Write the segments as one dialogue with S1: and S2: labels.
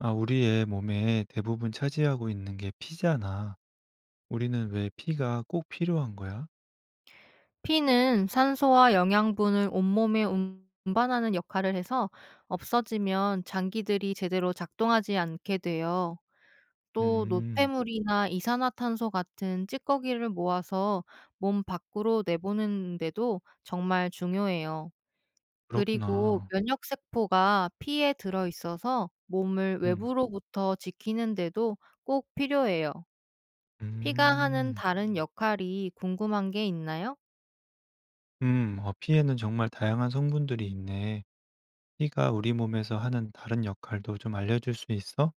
S1: 아, 우리의 몸에 대부분 차지하고 있는 게 피잖아. 우리는 왜 피가 꼭 필요한 거야?
S2: 피는 산소와 영양분을 온몸에 운반하는 역할을 해서 없어지면 장기들이 제대로 작동하지 않게 돼요. 또
S1: 음,
S2: 노폐물이나 이산화탄소 같은 찌꺼기를 모아서 몸 밖으로 내보내는데도 정말 중요해요. 그리고
S1: 그렇구나.
S2: 면역세포가 피에 들어있어서 몸을
S1: 음,
S2: 외부로부터 지키는데도 꼭 필요해요. 피가 하는
S1: 음,
S2: 다른 역할이 궁금한 게 있나요?
S1: 피에는 정말 다양한 성분들이 있네. 피가 우리 몸에서 하는 다른 역할도 좀 알려줄 수 있어?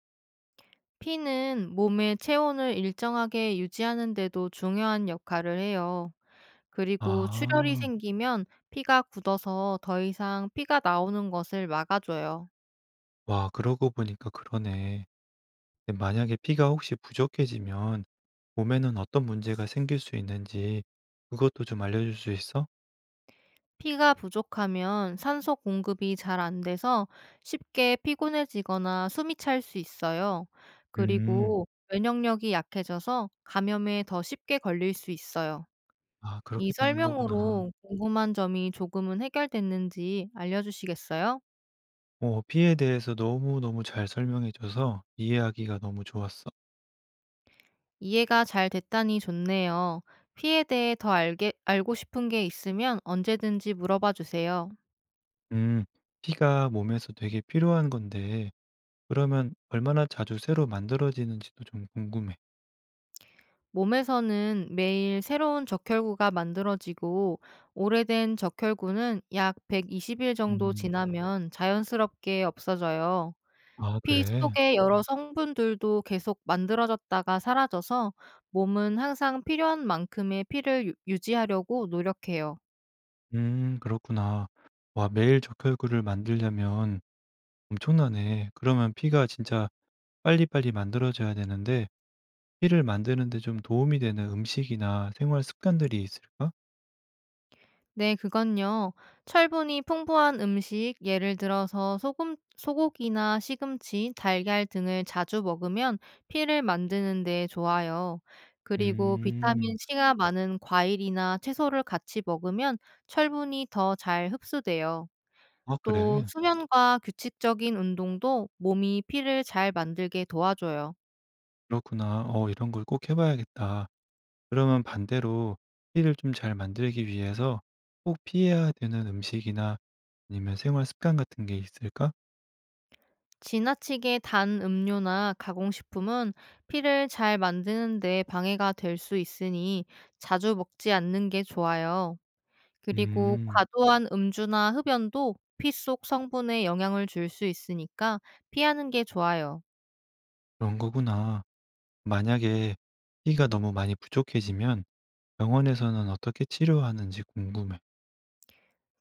S2: 피는 몸의 체온을 일정하게 유지하는 데도 중요한 역할을 해요. 그리고 출혈이
S1: 아,
S2: 생기면 피가 굳어서 더 이상 피가 나오는 것을 막아줘요.
S1: 와, 그러고 보니까 그러네. 근데 만약에 피가 혹시 부족해지면 몸에는 어떤 문제가 생길 수 있는지 그것도 좀 알려줄 수 있어?
S2: 피가 부족하면 산소 공급이 잘 안 돼서 쉽게 피곤해지거나 숨이 찰 수 있어요.
S1: 음,
S2: 그리고 면역력이 약해져서 감염에 더 쉽게 걸릴 수 있어요.
S1: 아,
S2: 이
S1: 그렇게 되는 거구나.
S2: 설명으로 궁금한 점이 조금은 해결됐는지 알려주시겠어요?
S1: 피에 대해서 너무너무 잘 설명해 줘서 이해하기가 너무 좋았어.
S2: 이해가 잘 됐다니 좋네요. 피에 대해 알고 싶은 게 있으면 언제든지 물어봐 주세요.
S1: 음. 피가 몸에서 되게 필요한 건데 그러면 얼마나 자주 새로 만들어지는지도 좀 궁금해.
S2: 몸에서는 매일 새로운 적혈구가 만들어지고 오래된 적혈구는 약 120일 정도
S1: 음.
S2: 지나면 자연스럽게 없어져요.
S1: 아,
S2: 피
S1: 그래?
S2: 속의 여러 성분들도 계속 만들어졌다가 사라져서 몸은 항상 필요한 만큼의 피를 유지하려고 노력해요.
S1: 그렇구나. 와, 매일 적혈구를 만들려면 엄청나네. 그러면 피가 진짜 빨리빨리 만들어져야 되는데 피를 만드는 데 좀 도움이 되는 음식이나 생활 습관들이 있을까?
S2: 네, 그건요. 철분이 풍부한 음식, 예를 들어서 소고기나 시금치, 달걀 등을 자주 먹으면 피를 만드는 데 좋아요. 그리고 비타민
S1: 음.
S2: C가 많은 과일이나 채소를 같이 먹으면 철분이 더 잘 흡수돼요.
S1: 아,
S2: 또
S1: 그래?
S2: 수면과 규칙적인 운동도 몸이 피를 잘 만들게 도와줘요.
S1: 그렇구나. 이런 걸 꼭 해 봐야겠다. 그러면 반대로 피를 좀 잘 만들기 위해서 꼭 피해야 되는 음식이나 아니면 생활 습관 같은 게 있을까?
S2: 지나치게 단 음료나 가공식품은 피를 잘 만드는 데 방해가 될 수 있으니 자주 먹지 않는 게 좋아요. 그리고
S1: 음,
S2: 과도한 음주나 흡연도 피 속 성분에 영향을 줄 수 있으니까 피하는 게 좋아요.
S1: 그런 거구나. 만약에 피가 너무 많이 부족해지면 병원에서는 어떻게 치료하는지 궁금해.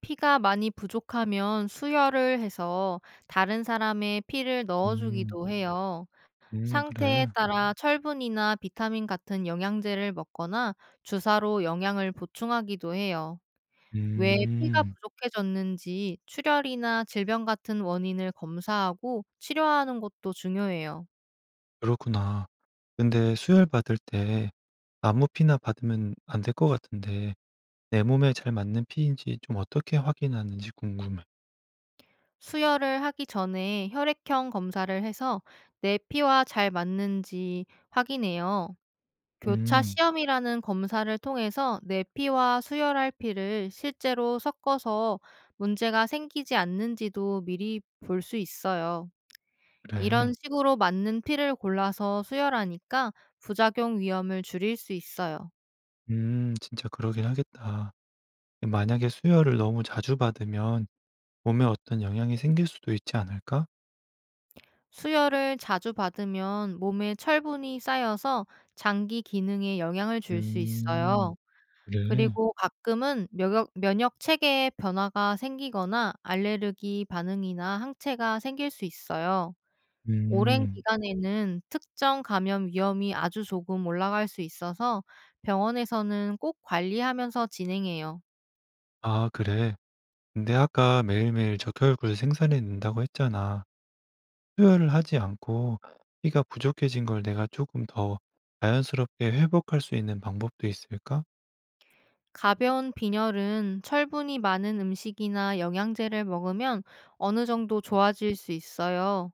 S2: 피가 많이 부족하면 수혈을 해서 다른 사람의 피를
S1: 음,
S2: 넣어주기도 해요. 상태에
S1: 그래.
S2: 따라 철분이나 비타민 같은 영양제를 먹거나 주사로 영양을 보충하기도 해요. 왜 피가
S1: 음,
S2: 부족해졌는지 출혈이나 질병 같은 원인을 검사하고 치료하는 것도 중요해요.
S1: 그렇구나. 근데 수혈 받을 때 아무 피나 받으면 안 될 것 같은데 내 몸에 잘 맞는 피인지 좀 어떻게 확인하는지 궁금해.
S2: 수혈을 하기 전에 혈액형 검사를 해서 내 피와 잘 맞는지 확인해요. 교차
S1: 음,
S2: 시험이라는 검사를 통해서 내 피와 수혈할 피를 실제로 섞어서 문제가 생기지 않는지도 미리 볼 수 있어요. 이런
S1: 그래.
S2: 식으로 맞는 피를 골라서 수혈하니까 부작용 위험을 줄일 수 있어요.
S1: 진짜 그러긴 하겠다. 만약에 수혈을 너무 자주 받으면 몸에 어떤 영향이 생길 수도 있지 않을까?
S2: 수혈을 자주 받으면 몸에 철분이 쌓여서 장기 기능에 영향을 줄 수 있어요.
S1: 음, 그래?
S2: 그리고 가끔은 면역 체계에 변화가 생기거나 알레르기 반응이나 항체가 생길 수 있어요. 오랜
S1: 음.
S2: 기간에는 특정 감염 위험이 아주 조금 올라갈 수 있어서 병원에서는 꼭 관리하면서 진행해요.
S1: 아, 그래. 근데 아까 매일매일 적혈구를 생산해 낸다고 했잖아. 수혈을 하지 않고 피가 부족해진 걸 내가 조금 더 자연스럽게 회복할 수 있는 방법도 있을까?
S2: 가벼운 빈혈은 철분이 많은 음식이나 영양제를 먹으면 어느 정도 좋아질 수 있어요.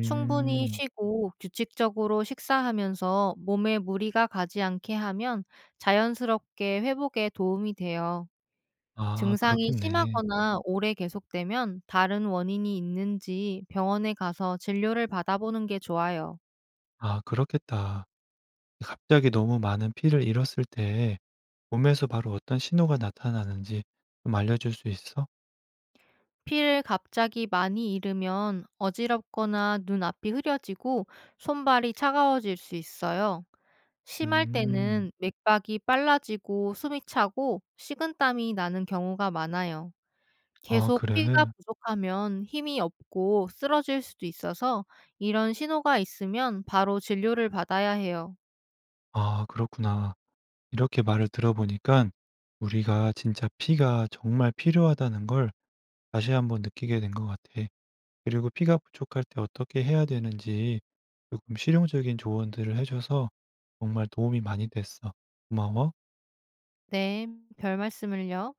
S2: 충분히 쉬고 규칙적으로 식사하면서 몸에 무리가 가지 않게 하면 자연스럽게 회복에 도움이 돼요.
S1: 아,
S2: 증상이
S1: 그렇겠네.
S2: 심하거나 오래 계속되면 다른 원인이 있는지 병원에 가서 진료를 받아보는 게 좋아요.
S1: 아, 그렇겠다. 갑자기 너무 많은 피를 잃었을 때 몸에서 바로 어떤 신호가 나타나는지 좀 알려줄 수 있어?
S2: 피를 갑자기 많이 잃으면 어지럽거나 눈앞이 흐려지고 손발이 차가워질 수 있어요. 심할
S1: 음.
S2: 때는 맥박이 빨라지고 숨이 차고 식은땀이 나는 경우가 많아요.
S1: 아,
S2: 계속 피가
S1: 그래?
S2: 부족하면 힘이 없고 쓰러질 수도 있어서 이런 신호가 있으면 바로 진료를 받아야 해요.
S1: 아, 그렇구나. 이렇게 말을 들어보니까 우리가 진짜 피가 정말 필요하다는 걸 다시 한번 느끼게 된 것 같아. 그리고 피가 부족할 때 어떻게 해야 되는지 조금 실용적인 조언들을 해 줘서 정말 도움이 많이 됐어. 고마워.
S2: 네, 별 말씀을요.